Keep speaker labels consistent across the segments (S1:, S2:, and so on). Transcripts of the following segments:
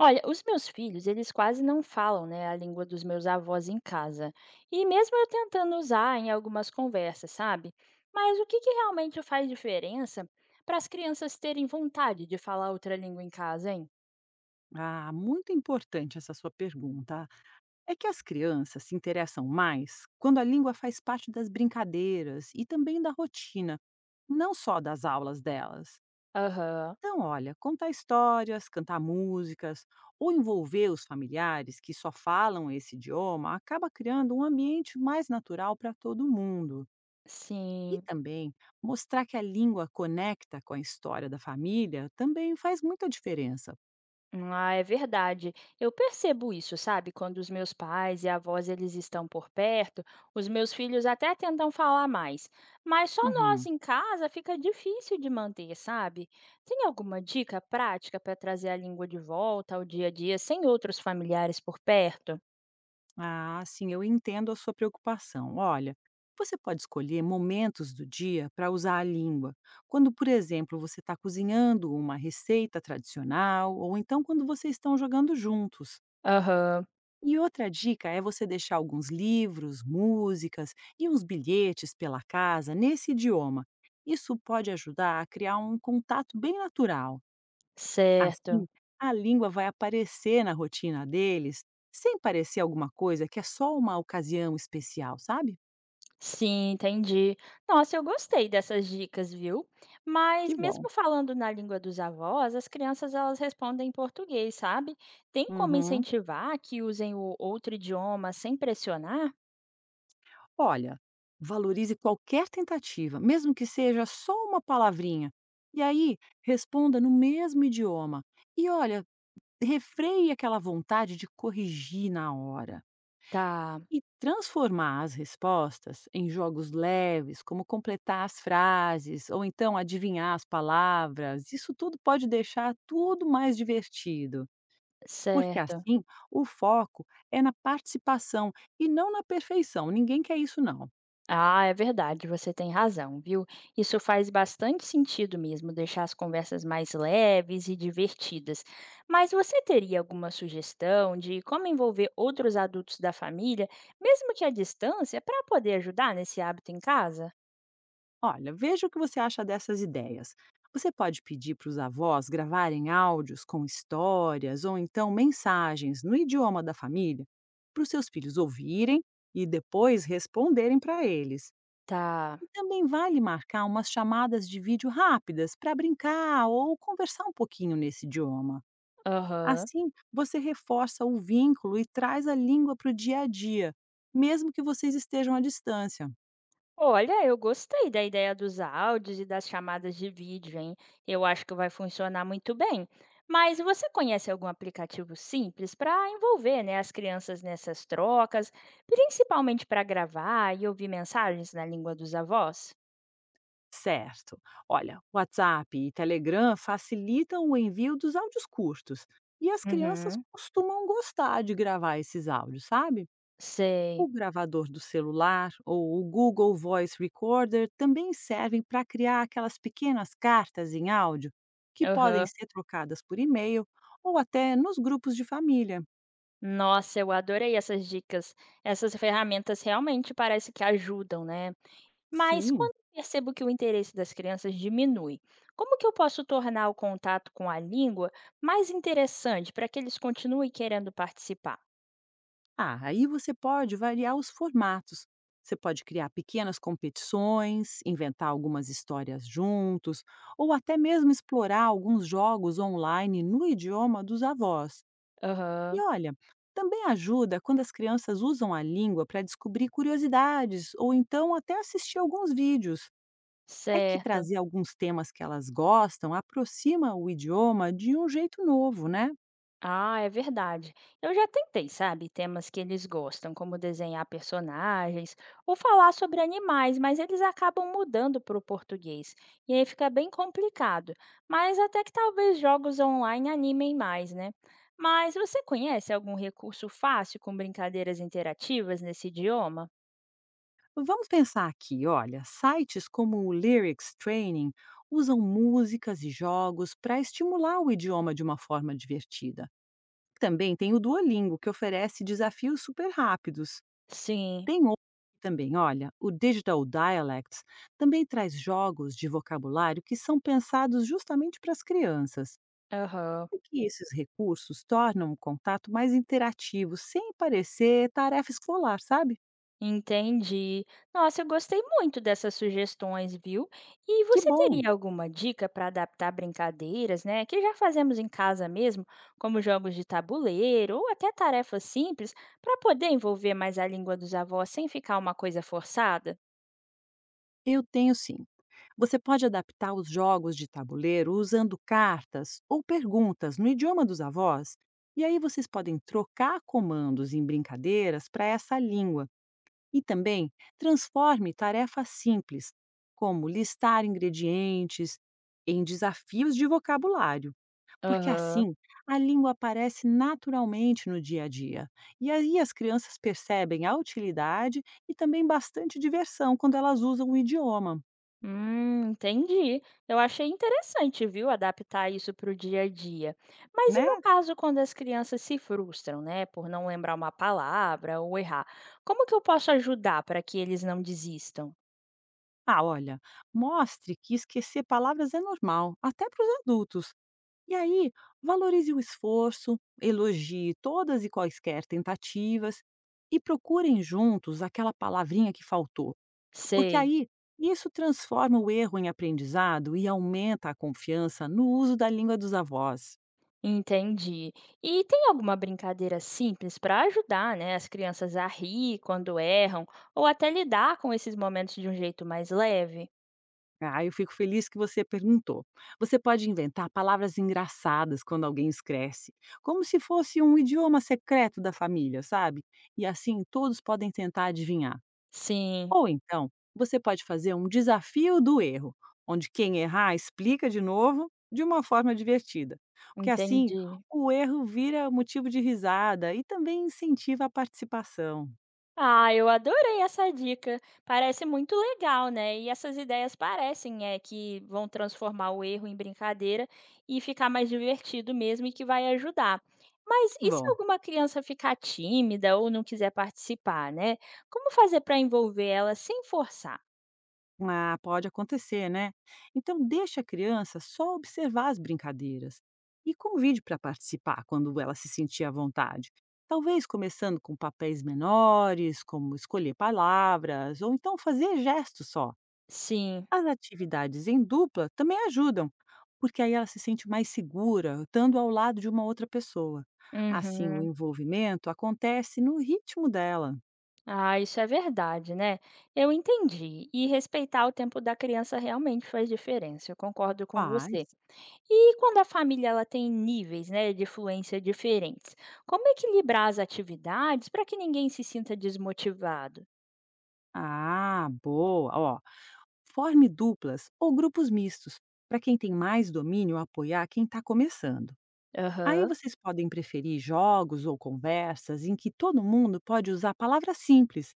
S1: Olha, os meus filhos, eles quase não falam, né, a língua dos meus avós em casa. E mesmo eu tentando usar em algumas conversas, sabe? Mas o que que realmente faz diferença para as crianças terem vontade de falar outra língua em casa, hein?
S2: Ah, muito importante essa sua pergunta. É que as crianças se interessam mais quando a língua faz parte das brincadeiras e também da rotina, não só das aulas delas.
S1: Aham,
S2: Então, olha, contar histórias, cantar músicas ou envolver os familiares que só falam esse idioma acaba criando um ambiente mais natural para todo mundo. E
S1: sim.
S2: também mostrar que a língua conecta com a história da família também faz muita diferença.
S1: Ah, é verdade. Eu percebo isso, sabe? Quando os meus pais e avós eles estão por perto, os meus filhos até tentam falar mais, mas só nós
S2: Uhum.
S1: em casa fica difícil de manter, sabe? Tem alguma dica prática para trazer a língua de volta ao dia a dia sem outros familiares por perto?
S2: Ah, sim, eu entendo a sua preocupação. Olha, você pode escolher momentos do dia para usar a língua. Quando, por exemplo, você está cozinhando uma receita tradicional, ou então quando vocês estão jogando juntos.
S1: Aham,
S2: E outra dica é você deixar alguns livros, músicas e uns bilhetes pela casa nesse idioma. Isso pode ajudar a criar um contato bem natural.
S1: certo.
S2: Assim, a língua vai aparecer na rotina deles, sem parecer alguma coisa que é só uma ocasião especial, sabe?
S1: Sim, entendi. Nossa, eu gostei dessas dicas, viu? Mas
S2: Que bom.
S1: mesmo falando na língua dos avós, as crianças elas respondem em português, sabe? Tem como
S2: Uhum.
S1: incentivar que usem o outro idioma sem pressionar?
S2: Olha, valorize qualquer tentativa, mesmo que seja só uma palavrinha. E aí, responda no mesmo idioma. E olha, refreie aquela vontade de corrigir na hora.
S1: Tá,
S2: E transformar as respostas em jogos leves, como completar as frases ou então adivinhar as palavras, isso tudo pode deixar tudo mais divertido, porque
S1: certo.
S2: assim o foco é na participação e não na perfeição. Ninguém quer isso, não.
S1: Ah, é verdade, você tem razão, viu? Isso faz bastante sentido mesmo, deixar as conversas mais leves e divertidas. Mas você teria alguma sugestão de como envolver outros adultos da família, mesmo que à distância, para poder ajudar nesse hábito em casa?
S2: Olha, veja o que você acha dessas ideias. Você pode pedir para os avós gravarem áudios com histórias ou então mensagens no idioma da família para os seus filhos ouvirem e depois responderem para eles.
S1: Tá.
S2: E também vale marcar umas chamadas de vídeo rápidas para brincar ou conversar um pouquinho nesse idioma.
S1: Aham.
S2: Assim, você reforça o vínculo e traz a língua para o dia a dia, mesmo que vocês estejam à distância.
S1: Olha, eu gostei da ideia dos áudios e das chamadas de vídeo, hein? Eu acho que vai funcionar muito bem. Mas você conhece algum aplicativo simples para envolver, né, as crianças nessas trocas, principalmente para gravar e ouvir mensagens na língua dos avós?
S2: Certo. Olha, WhatsApp e Telegram facilitam o envio dos áudios curtos e as crianças
S1: Uhum,
S2: costumam gostar de gravar esses áudios, sabe?
S1: sei.
S2: O gravador do celular ou o Google Voice Recorder também servem para criar aquelas pequenas cartas em áudio que podem
S1: Aham.
S2: ser trocadas por e-mail ou até nos grupos de família.
S1: Nossa, eu adorei essas dicas. Essas ferramentas realmente parece que ajudam, né? Mas
S2: Sim,
S1: quando eu percebo que o interesse das crianças diminui, como que eu posso tornar o contato com a língua mais interessante para que eles continuem querendo participar?
S2: ah, aí você pode variar os formatos. Você pode criar pequenas competições, inventar algumas histórias juntos, ou até mesmo explorar alguns jogos online no idioma dos avós. E
S1: Aham,
S2: olha, também ajuda quando as crianças usam a língua para descobrir curiosidades ou então até assistir alguns vídeos. É que
S1: certo.
S2: trazer alguns temas que elas gostam aproxima o idioma de um jeito novo, né?
S1: Ah, é verdade. Eu já tentei, sabe, temas que eles gostam, como desenhar personagens ou falar sobre animais, mas eles acabam mudando para o português. E aí fica bem complicado. Mas até que talvez jogos online animem mais, né? Mas você conhece algum recurso fácil com brincadeiras interativas nesse idioma?
S2: Vamos pensar aqui, olha, sites como o Lyrics Training usam músicas e jogos para estimular o idioma de uma forma divertida. Também tem o Duolingo, que oferece desafios super rápidos.
S1: Sim,
S2: Tem outro também, olha, o Digital Dialects também traz jogos de vocabulário que são pensados justamente para as crianças.
S1: aham.
S2: E que esses recursos tornam o contato mais interativo, sem parecer tarefa escolar, sabe?
S1: Entendi. Nossa, eu gostei muito dessas sugestões, viu? E
S2: Que
S1: você
S2: bom!
S1: teria alguma dica para adaptar brincadeiras, né, que já fazemos em casa mesmo, como jogos de tabuleiro ou até tarefas simples, para poder envolver mais a língua dos avós sem ficar uma coisa forçada?
S2: Eu tenho sim. Você pode adaptar os jogos de tabuleiro usando cartas ou perguntas no idioma dos avós, e aí vocês podem trocar comandos em brincadeiras para essa língua. E também transforme tarefas simples, como listar ingredientes, em desafios de vocabulário, porque
S1: Aham.
S2: assim a língua aparece naturalmente no dia a dia. E aí as crianças percebem a utilidade e também bastante diversão quando elas usam o idioma.
S1: Entendi. Eu achei interessante, viu, adaptar isso para o dia a dia. Mas e
S2: Né?
S1: no caso quando as crianças se frustram, né, por não lembrar uma palavra ou errar? Como que eu posso ajudar para que eles não desistam?
S2: Ah, olha, mostre que esquecer palavras é normal, até para os adultos. E aí, valorize o esforço, elogie todas e quaisquer tentativas e procurem juntos aquela palavrinha que faltou, porque
S1: Sei,
S2: aí isso transforma o erro em aprendizado e aumenta a confiança no uso da língua dos avós.
S1: entendi. E tem alguma brincadeira simples para ajudar, né, as crianças a rir quando erram ou até lidar com esses momentos de um jeito mais leve?
S2: Ah, eu fico feliz que você perguntou. Você pode inventar palavras engraçadas quando alguém escreve, como se fosse um idioma secreto da família, sabe? E assim todos podem tentar adivinhar.
S1: Sim,
S2: Ou então, você pode fazer um desafio do erro, onde quem errar explica de novo de uma forma divertida. Porque assim,
S1: entendi.
S2: o erro vira motivo de risada e também incentiva a participação.
S1: Ah, eu adorei essa dica. Parece muito legal, né? E essas ideias parecem que vão transformar o erro em brincadeira e ficar mais divertido mesmo e que vai ajudar. Mas
S2: Que
S1: e se
S2: bom,
S1: alguma criança ficar tímida ou não quiser participar, né? Como fazer para envolver ela sem forçar?
S2: ah, pode acontecer, né? Então, deixe a criança só observar as brincadeiras e convide para participar quando ela se sentir à vontade. Talvez começando com papéis menores, como escolher palavras ou então fazer gestos só.
S1: Sim.
S2: As atividades em dupla também ajudam, porque aí ela se sente mais segura estando ao lado de uma outra pessoa. Assim, o
S1: Uhum.
S2: envolvimento acontece no ritmo dela.
S1: Ah, isso é verdade, né? Eu entendi. E respeitar o tempo da criança realmente faz diferença. Eu concordo com você.
S2: Faz.
S1: E quando a família ela tem níveis, né, de fluência diferentes, como equilibrar as atividades para que ninguém se sinta desmotivado?
S2: Ah, boa. Ó, forme duplas ou grupos mistos, para quem tem mais domínio apoiar quem está começando. Aí
S1: Aham.
S2: vocês podem preferir jogos ou conversas em que todo mundo pode usar palavras simples.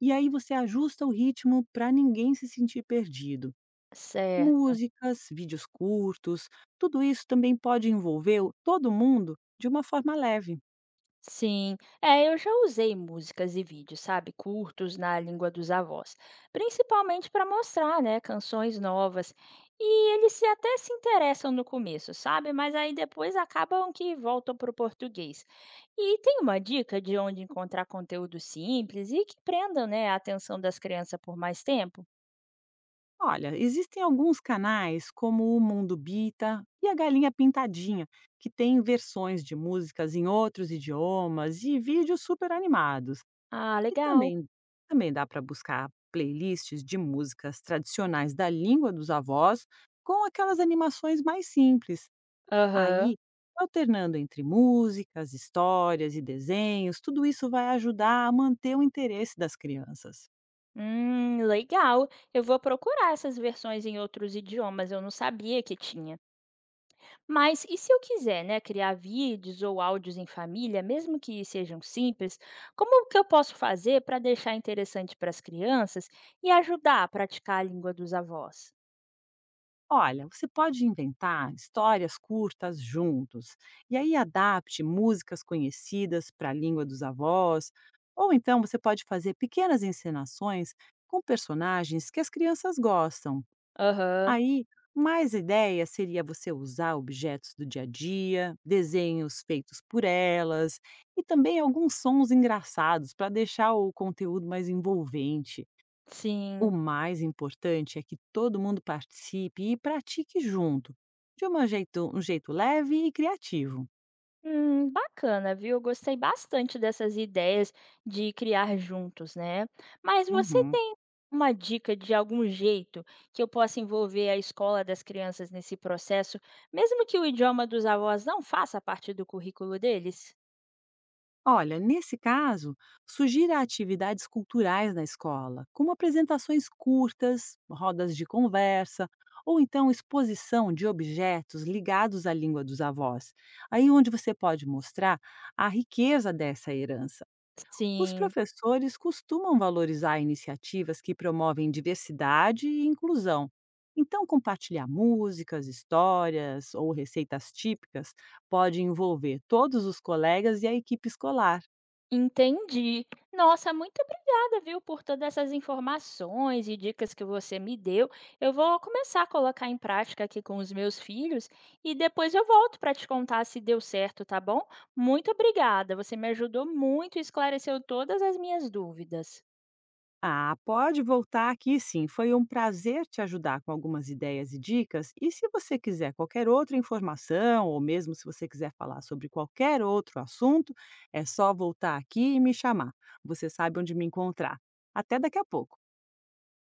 S2: E aí você ajusta o ritmo para ninguém se sentir perdido.
S1: Certo.
S2: Músicas, vídeos curtos, tudo isso também pode envolver todo mundo de uma forma leve.
S1: Sim, eu já usei músicas e vídeos, sabe, curtos na língua dos avós, principalmente para mostrar, né, canções novas. E eles até se interessam no começo, sabe, mas aí depois acabam que voltam para o português. E tem uma dica de onde encontrar conteúdo simples e que prendam, né, a atenção das crianças por mais tempo?
S2: Olha, existem alguns canais como o Mundo Bita e a Galinha Pintadinha, que têm versões de músicas em outros idiomas e vídeos super animados.
S1: Ah,
S2: E
S1: legal.
S2: também, também dá para buscar playlists de músicas tradicionais da língua dos avós com aquelas animações mais simples.
S1: Aham.
S2: Aí, alternando entre músicas, histórias e desenhos, tudo isso vai ajudar a manter o interesse das crianças.
S1: Legal. Eu vou procurar essas versões em outros idiomas, eu não sabia que tinha. Mas e se eu quiser, né, criar vídeos ou áudios em família, mesmo que sejam simples, como que eu posso fazer para deixar interessante para as crianças e ajudar a praticar a língua dos avós?
S2: Olha, você pode inventar histórias curtas juntos, e aí adapte músicas conhecidas para a língua dos avós, ou então você pode fazer pequenas encenações com personagens que as crianças gostam.
S1: Aham,
S2: Aí, mais ideia seria você usar objetos do dia a dia, desenhos feitos por elas e também alguns sons engraçados para deixar o conteúdo mais envolvente. O
S1: sim.
S2: mais importante é que todo mundo participe e pratique junto, de um jeito leve e criativo.
S1: Bacana, viu? Eu gostei bastante dessas ideias de criar juntos, né? Mas você
S2: Uhum.
S1: tem uma dica de algum jeito que eu possa envolver a escola das crianças nesse processo, mesmo que o idioma dos avós não faça parte do currículo deles?
S2: Olha, nesse caso, sugira atividades culturais na escola, como apresentações curtas, rodas de conversa, ou então exposição de objetos ligados à língua dos avós. Aí onde você pode mostrar a riqueza dessa herança. Os
S1: Sim,
S2: professores costumam valorizar iniciativas que promovem diversidade e inclusão. Então, compartilhar músicas, histórias ou receitas típicas pode envolver todos os colegas e a equipe escolar.
S1: entendi. Nossa, muito obrigada, viu, por todas essas informações e dicas que você me deu. Eu vou começar a colocar em prática aqui com os meus filhos e depois eu volto para te contar se deu certo, tá bom? Muito obrigada, você me ajudou muito e esclareceu todas as minhas dúvidas.
S2: Ah, pode voltar aqui sim. Foi um prazer te ajudar com algumas ideias e dicas. E se você quiser qualquer outra informação, ou mesmo se você quiser falar sobre qualquer outro assunto, é só voltar aqui e me chamar. Você sabe onde me encontrar. Até daqui a pouco.